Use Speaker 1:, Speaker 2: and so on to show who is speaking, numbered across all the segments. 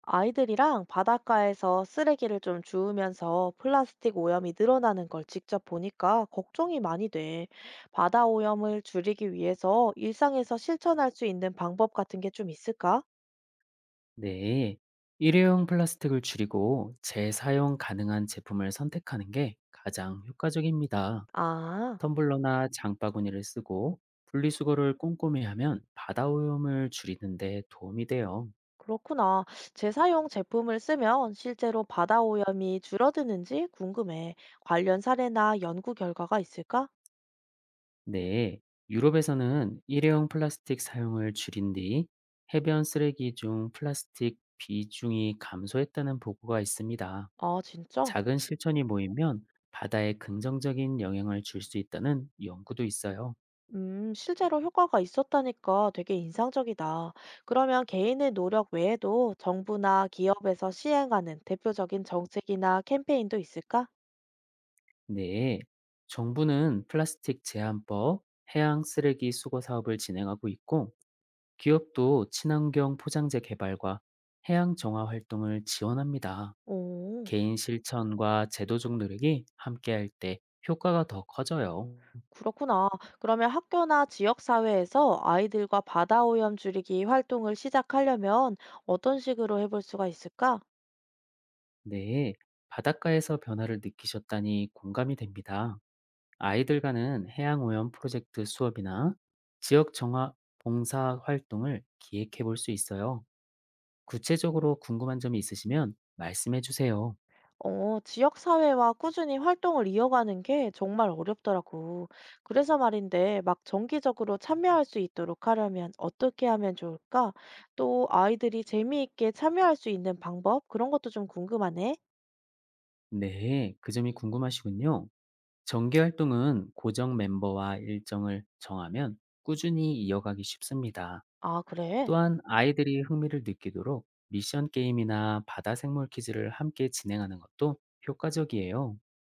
Speaker 1: 아이들이랑 바닷가에서 쓰레기를 좀 주우면서 플라스틱 오염이 늘어나는 걸 직접 보니까 걱정이 많이 돼. 바다 오염을 줄이기 위해서 일상에서 실천할 수 있는 방법 같은 게 좀 있을까?
Speaker 2: 네. 일회용 플라스틱을 줄이고 재사용 가능한 제품을 선택하는 게 가장 효과적입니다.
Speaker 1: 아,
Speaker 2: 텀블러나 장바구니를 쓰고 분리수거를 꼼꼼히 하면 바다 오염을 줄이는 데 도움이 돼요.
Speaker 1: 그렇구나. 재사용 제품을 쓰면 실제로 바다 오염이 줄어드는지 궁금해. 관련 사례나 연구 결과가 있을까?
Speaker 2: 네. 유럽에서는 일회용 플라스틱 사용을 줄인 뒤 해변 쓰레기 중 플라스틱 비중이 감소했다는 보고가 있습니다.
Speaker 1: 아, 진짜?
Speaker 2: 작은 실천이 모이면 바다에 긍정적인 영향을 줄 수 있다는 연구도 있어요.
Speaker 1: 실제로 효과가 있었다니까 되게 인상적이다. 그러면 개인의 노력 외에도 정부나 기업에서 시행하는 대표적인 정책이나 캠페인도 있을까?
Speaker 2: 네, 정부는 플라스틱 제한법, 해양 쓰레기 수거 사업을 진행하고 있고, 기업도 친환경 포장재 개발과 해양 정화 활동을 지원합니다.
Speaker 1: 오,
Speaker 2: 개인 실천과 제도적 노력이 함께할 때 효과가 더 커져요.
Speaker 1: 그렇구나. 그러면 학교나 지역사회에서 아이들과 바다 오염 줄이기 활동을 시작하려면 어떤 식으로 해볼 수가 있을까?
Speaker 2: 네, 바닷가에서 변화를 느끼셨다니 공감이 됩니다. 아이들과는 해양 오염 프로젝트 수업이나 지역 정화 봉사 활동을 기획해 볼 수 있어요. 구체적으로 궁금한 점이 있으시면 말씀해 주세요.
Speaker 1: 어, 지역사회와 꾸준히 활동을 이어가는 게 정말 어렵더라고. 그래서 말인데, 막 정기적으로 참여할 수 있도록 하려면 어떻게 하면 좋을까? 또 아이들이 재미있게 참여할 수 있는 방법? 그런 것도 좀 궁금하네.
Speaker 2: 네, 그 점이 궁금하시군요. 정기 활동은 고정 멤버와 일정을 정하면 꾸준히 이어가기 쉽습니다.
Speaker 1: 아, 그래?
Speaker 2: 또한 아이들이 흥미를 느끼도록 미션 게임이나 바다 생물 퀴즈를 함께 진행하는 것도 효과적이에요.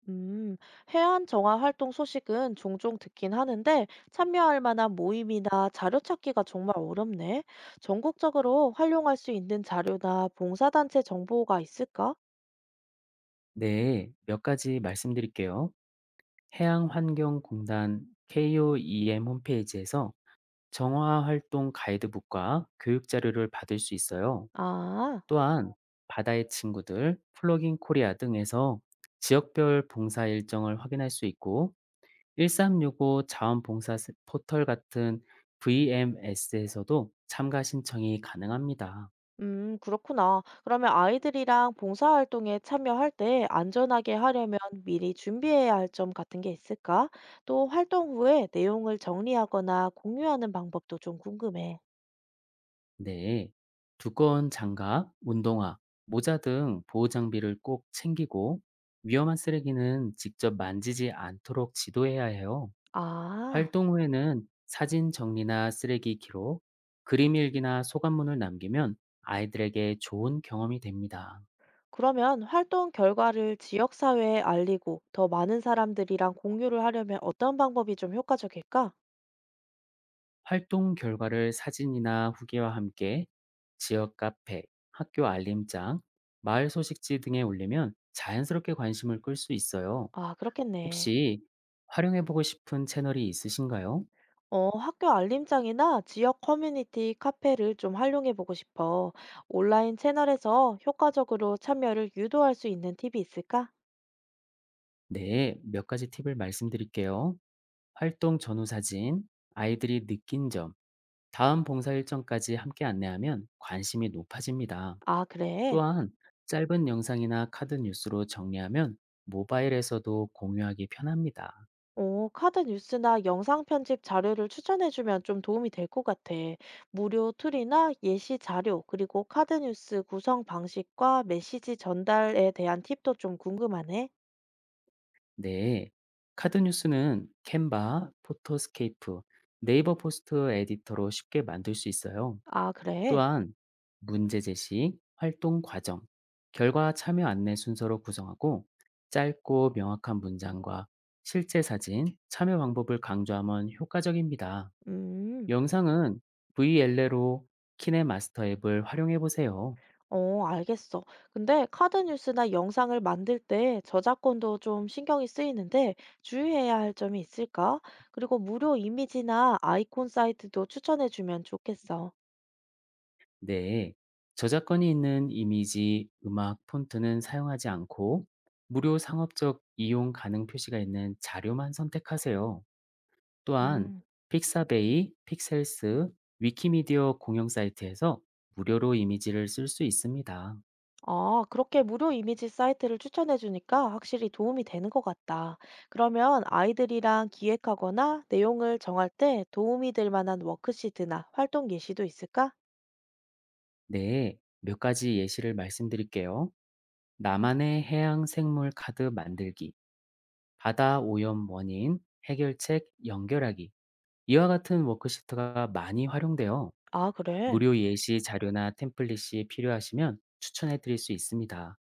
Speaker 1: 음, 해안 정화 활동 소식은 종종 듣긴 하는데, 참여할 만한 모임이나 자료 찾기가 정말 어렵네. 전국적으로 활용할 수 있는 자료나 봉사단체 정보가 있을까?
Speaker 2: 네, 몇 가지 말씀드릴게요. 해양환경공단 KOEM 홈페이지에서 정화 활동 가이드북과 교육 자료를 받을 수 있어요.
Speaker 1: 아.
Speaker 2: 또한 바다의 친구들, 플로깅 코리아 등에서 지역별 봉사 일정을 확인할 수 있고 1365 자원봉사 포털 같은 VMS에서도 참가 신청이 가능합니다.
Speaker 1: 그렇구나. 그러면 아이들이랑 봉사활동에 참여할 때 안전하게 하려면 미리 준비해야 할 점 같은 게 있을까? 또 활동 후에 내용을 정리하거나 공유하는 방법도 좀 궁금해.
Speaker 2: 네. 두꺼운 장갑, 운동화, 모자 등 보호 장비를 꼭 챙기고 위험한 쓰레기는 직접 만지지 않도록 지도해야 해요.
Speaker 1: 아,
Speaker 2: 활동 후에는 사진 정리나 쓰레기 기록, 그림 일기나 소감문을 남기면 아이들에게 좋은 경험이 됩니다.
Speaker 1: 그러면 활동 결과를 지역사회에 알리고 더 많은 사람들이랑 공유를 하려면 어떤 방법이 좀 효과적일까?
Speaker 2: 활동 결과를 사진이나 후기와 함께 지역 카페, 학교 알림장, 마을 소식지 등에 올리면 자연스럽게 관심을 끌 수 있어요.
Speaker 1: 아, 그렇겠네.
Speaker 2: 혹시 활용해보고 싶은 채널이 있으신가요?
Speaker 1: 어, 학교 알림장이나 지역 커뮤니티 카페를 좀 활용해 보고 싶어. 온라인 채널에서 효과적으로 참여를 유도할 수 있는 팁이 있을까?
Speaker 2: 네, 몇 가지 팁을 말씀드릴게요. 활동 전후 사진, 아이들이 느낀 점, 다음 봉사 일정까지 함께 안내하면 관심이 높아집니다.
Speaker 1: 아, 그래.
Speaker 2: 또한 짧은 영상이나 카드 뉴스로 정리하면 모바일에서도 공유하기 편합니다.
Speaker 1: 어, 카드 뉴스나 영상 편집 자료를 추천해 주면 좀 도움이 될 것 같아. 무료 툴이나 예시 자료, 그리고 카드 뉴스 구성 방식과 메시지 전달에 대한 팁도 좀 궁금하네.
Speaker 2: 네. 카드 뉴스는 캔바, 포토스케이프, 네이버 포스트 에디터로 쉽게 만들 수 있어요.
Speaker 1: 아, 그래.
Speaker 2: 또한 문제 제시, 활동 과정, 결과 참여 안내 순서로 구성하고 짧고 명확한 문장과 실제 사진, 참여 방법을 강조하면 효과적입니다.
Speaker 1: 음.
Speaker 2: 영상은 VLA로 키네마스터 앱을 활용해 보세요.
Speaker 1: 어, 알겠어. 근데 카드 뉴스나 영상을 만들 때 저작권도 좀 신경이 쓰이는데 주의해야 할 점이 있을까? 그리고 무료 이미지나 아이콘 사이트도 추천해주면 좋겠어.
Speaker 2: 네. 저작권이 있는 이미지, 음악, 폰트는 사용하지 않고 무료 상업적 이용 가능 표시가 있는 자료만 선택하세요. 또한
Speaker 1: 음,
Speaker 2: 픽사베이, 픽셀스, 위키미디어 공용 사이트에서 무료로 이미지를 쓸 수 있습니다.
Speaker 1: 아, 그렇게 무료 이미지 사이트를 추천해주니까 확실히 도움이 되는 것 같다. 그러면 아이들이랑 기획하거나 내용을 정할 때 도움이 될 만한 워크시트나 활동 예시도 있을까?
Speaker 2: 네. 몇 가지 예시를 말씀드릴게요. 나만의 해양 생물 카드 만들기. 바다 오염 원인, 해결책 연결하기 이와 같은 워크시트가 많이 활용되어
Speaker 1: 아, 그래.
Speaker 2: 무료 예시 자료나 템플릿이 필요하시면 추천해 드릴 수 있습니다.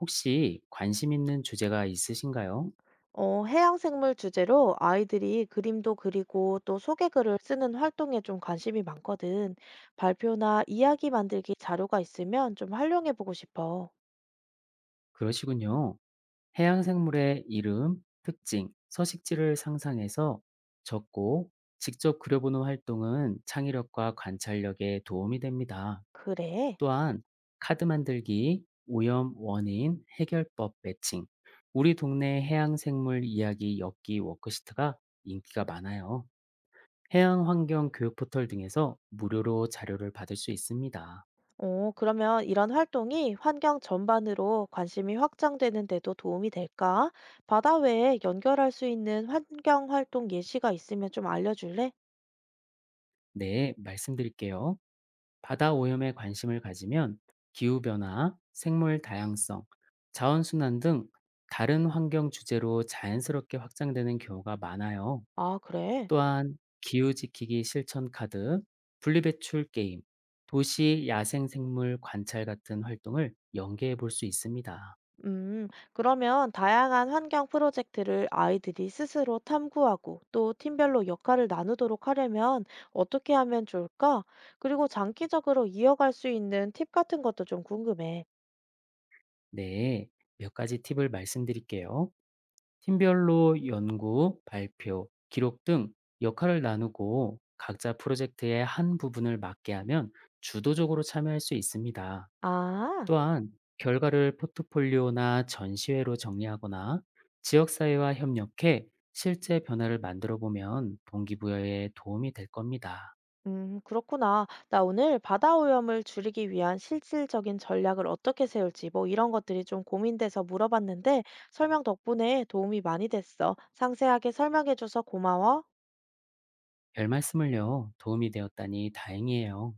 Speaker 2: 혹시 관심 있는 주제가 있으신가요?
Speaker 1: 어, 해양생물 주제로 아이들이 그림도 그리고 또 소개글을 쓰는 활동에 좀 관심이 많거든. 발표나 이야기 만들기 자료가 있으면 좀 활용해 보고 싶어.
Speaker 2: 그러시군요. 해양 생물의 이름, 특징, 서식지를 상상해서 적고 직접 그려보는 활동은 창의력과 관찰력에 도움이 됩니다.
Speaker 1: 그래.
Speaker 2: 또한 카드 만들기, 오염 원인 해결법 매칭, 우리 동네 해양 생물 이야기 엮기 워크시트가 인기가 많아요. 해양 환경 교육 포털 등에서 무료로 자료를 받을 수 있습니다.
Speaker 1: 어, 그러면 이런 활동이 환경 전반으로 관심이 확장되는데도 도움이 될까? 바다 외에 연결할 수 있는 환경 활동 예시가 있으면 좀 알려줄래?
Speaker 2: 네, 말씀드릴게요. 바다 오염에 관심을 가지면 기후변화, 생물 다양성, 자원순환 등 다른 환경 주제로 자연스럽게 확장되는 경우가 많아요.
Speaker 1: 아, 그래.
Speaker 2: 또한 기후 지키기 실천 카드, 분리배출 게임, 도시 야생 생물 관찰 같은 활동을 연계해 볼 수 있습니다.
Speaker 1: 음, 그러면 다양한 환경 프로젝트를 아이들이 스스로 탐구하고 또 팀별로 역할을 나누도록 하려면 어떻게 하면 좋을까? 그리고 장기적으로 이어갈 수 있는 팁 같은 것도 좀 궁금해.
Speaker 2: 네, 몇 가지 팁을 말씀드릴게요. 팀별로 연구, 발표, 기록 등 역할을 나누고 각자 프로젝트의 한 부분을 맡게 하면 주도적으로 참여할 수 있습니다.
Speaker 1: 아,
Speaker 2: 또한 결과를 포트폴리오나 전시회로 정리하거나 지역사회와 협력해 실제 변화를 만들어 보면 동기부여에 도움이 될 겁니다.
Speaker 1: 그렇구나. 나 오늘 바다 오염을 줄이기 위한 실질적인 전략을 어떻게 세울지 뭐 이런 것들이 좀 고민돼서 물어봤는데 설명 덕분에 도움이 많이 됐어. 상세하게 설명해줘서 고마워.
Speaker 2: 별 말씀을요, 도움이 되었다니 다행이에요.